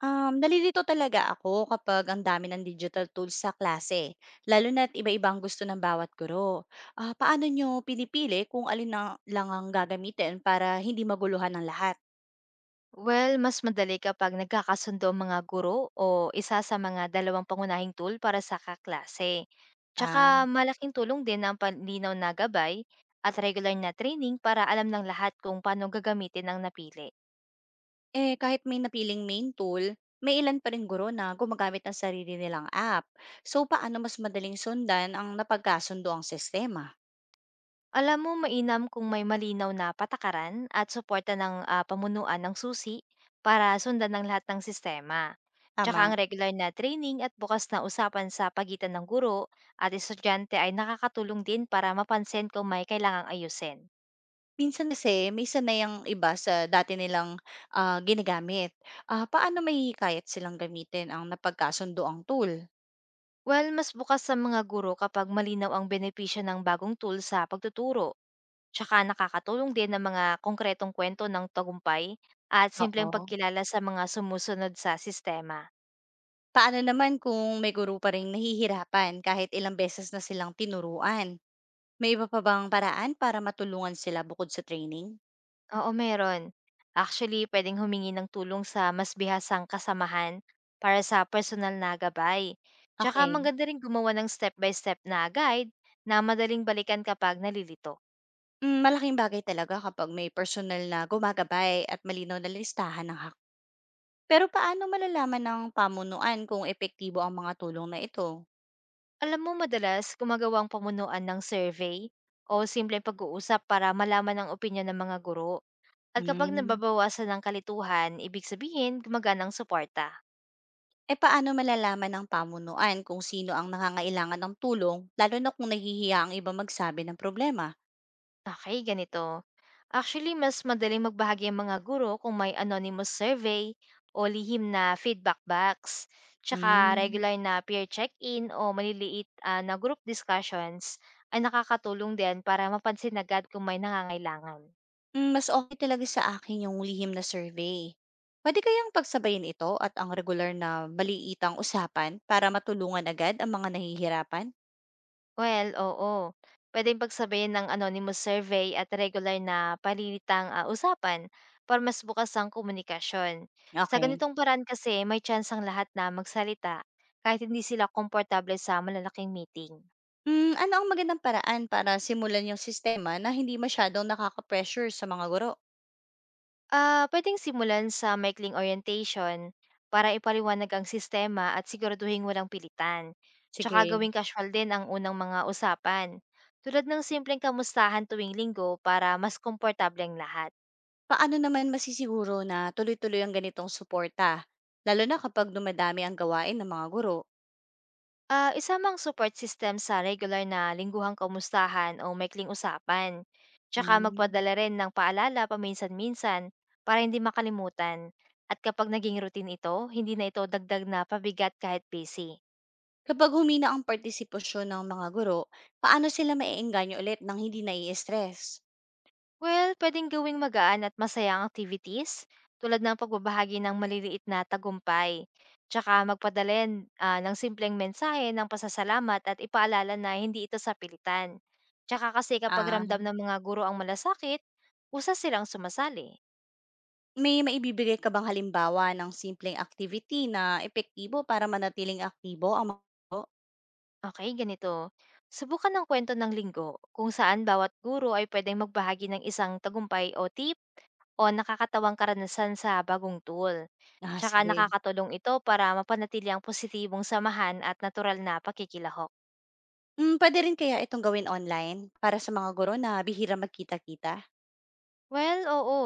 Nalilito talaga ako kapag ang dami ng digital tools sa klase, lalo na't iba ibang gusto ng bawat guro. Paano nyo pinipili kung alin na lang ang gagamitin para hindi maguluhan ng lahat? Well, mas madali kapag nagkakasundo ang mga guro o isa sa mga dalawang pangunahing tool para sa kaklase. Tsaka Ah, malaking tulong din ang panlinaw na gabay at regular na training para alam ng lahat kung paano gagamitin ang napili. eh kahit may napiling main tool, may ilan pa rin guro na gumagamit ng sarili nilang app. So paano mas madaling sundan ang napagkasundo ang sistema? Alam mo mainam kung may malinaw na patakaran at suporta ng, pamunuan ng susi para sundan ng lahat ng sistema. Tsaka Tama. ang regular na training at bukas na usapan sa pagitan ng guro at estudyante ay nakakatulong din para mapansin kung may kailangang ayusin. Minsan kasi may sanay ang iba sa dati nilang, ginagamit. Paano mahihikayat silang gamitin ang napagkasunduang tool? Well, mas bukas sa mga guro kapag malinaw ang benepisyo ng bagong tool sa pagtuturo, tsaka nakakatulong din ang mga konkretong kwento ng tagumpay at simpleng Oo. pagkilala sa mga sumusunod sa sistema. Paano naman kung may guru pa ring nahihirapan kahit ilang beses na silang tinuruan? May iba pa bang paraan para matulungan sila bukod sa training? Oo, meron. Actually, pwedeng humingi ng tulong sa mas bihasang kasamahan para sa personal na gabay. Tsaka Okay. maganda rin gumawa ng step-by-step na guide na madaling balikan kapag nalilito. Hmm, malaking bagay talaga kapag may personal na gumagabay at malinaw na listahan ng hak, pero paano malalaman ng pamunuan kung epektibo ang mga tulong na ito? Alam mo, madalas gumagawa ang pamunuan ng survey o simpleng pag-uusap para malaman ang opinyon ng mga guro. At kapag Hmm. nababawasan ng kalituhan, ibig sabihin gumagana ang suporta. Paano malalaman ng pamunuan kung sino ang nangangailangan ng tulong, lalo na kung nahihiya ang iba magsabi ng problema? Okey, ganito. Actually, mas madaling magbahagi ang mga guro kung may anonymous survey o lihim na feedback box, tsaka Mm. regular na peer check-in o maliliit, na group discussions ay nakakatulong din para mapansin agad kung may nangangailangan. Mm, mas okay talaga sa akin yung lihim na survey. Pwede kayang pagsabayin ito at ang regular na maliitang usapan para matulungan agad ang mga nahihirapan? Well, oo. Pwedeng pagsabayin ng anonymous survey at regular na palilitang usapan para mas bukas ang komunikasyon. Sa Okay. ganitong paraan kasi, may chance ang lahat na magsalita kahit hindi sila komportable sa malalaking meeting. Mm, ano ang magandang paraan para simulan yung sistema na hindi masyadong nakaka-pressure sa mga guro? Ah, pwedeng simulan sa maikling orientation para ipaliwanag ang sistema at siguraduhin walang pilitan. Tsaka Sige. gawing casual din ang unang mga usapan, tulad ng simpleng kamustahan tuwing linggo para mas komportable ang lahat. Paano naman masisiguro na tuloy-tuloy ang ganitong suporta, lalo na kapag dumadami ang gawain ng mga guro? Ah, isama support system sa regular na lingguhang kamustahan o maikling usapan. Tsaka Mm. magpadala rin ng paalala paminsan-minsan para hindi makalimutan. At kapag naging routine ito, hindi na ito dagdag na pabigat kahit busy. Kapag humina ang partisipasyon ng mga guro, paano sila maiengganyo ulit ng hindi nai-stress? Well, pwedeng gawing magaan at masayang activities tulad ng pagbabahagi ng maliliit na tagumpay. Tsaka magpadalin ng simpleng mensahe ng pasasalamat at ipaalala na hindi ito sapilitan. Tsaka kasi kapag Ah, ramdam ng mga guro ang malasakit, usa silang sumasali. may maibibigay ka bang halimbawa ng simpleng activity na epektibo para manatiling aktibo ang mga guro? Okay, ganito. Subukan ng kwento ng linggo kung saan bawat guro ay pwedeng magbahagi ng isang tagumpay o tip o nakakatawang karanasan sa bagong tool. Ah, Tsaka sige. nakakatulong ito para mapanatili ang positibong samahan at natural na pakikilahok. Mm, pwede rin kaya itong gawin online para sa mga guro na bihira magkita-kita? Well, oo.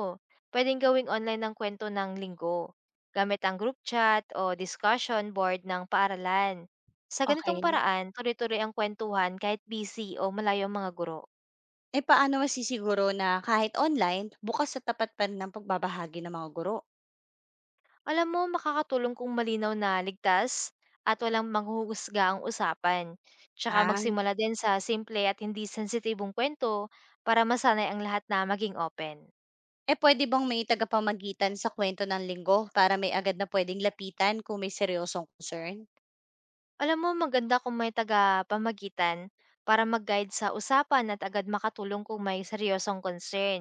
Pwedeng gawing online ng kwento ng linggo. Gamit ang group chat o discussion board ng paaralan. Sa ganitong Okay. paraan, tuloy-tuloy ang kwentuhan kahit busy o malayo ang mga guro. Paano masisiguro na kahit online, bukas sa tapat pa rin ang pagbabahagi ng mga guro? Alam mo, makakatulong kung malinaw na ligtas at walang manghuhusga ang usapan. Tsaka Ah, magsimula din sa simple at hindi sensitibong kwento para masanay ang lahat na maging open. eh pwede bang may tagapamagitan sa kwento ng linggo para may agad na pwedeng lapitan kung may seryosong concern? Alam mo, maganda kung may taga pamagitan para mag-guide sa usapan at agad makatulong kung may seryosong concern.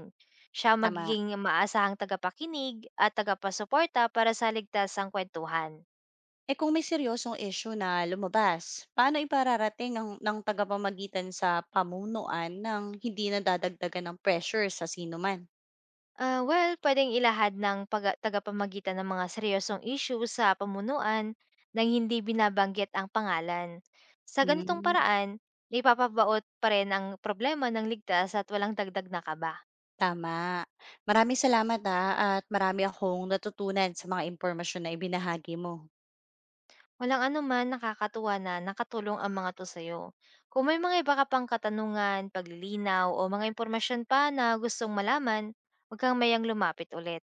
Siya ang Tama. magiging maasahang tagapakinig at tagapasuporta para sa ligtas ang kwentuhan. Eh kung may seryosong issue na lumabas, paano ipararating ng tagapamagitan sa pamunuan ng hindi nadadagdagan ng pressure sa sino man? Ah, well, puwedeng ilahad ng paga tagapamagitan ng mga seryosong issue sa pamunuan nang hindi binabanggit ang pangalan. Sa ganitong Hmm, paraan, naipapabaot pa rin ang problema ng ligtas at walang dagdag na kaba. tama. Maraming salamat ha, at marami akong natutunan sa mga impormasyon na ibinahagi mo. Walang anuman, nakakatuwa na nakatulong ang mga 'to sa'yo. Kung may mga iba ka pang katanungan, paglilinaw o mga impormasyon pa na gustong malaman, huwag kang mayang lumapit ulit.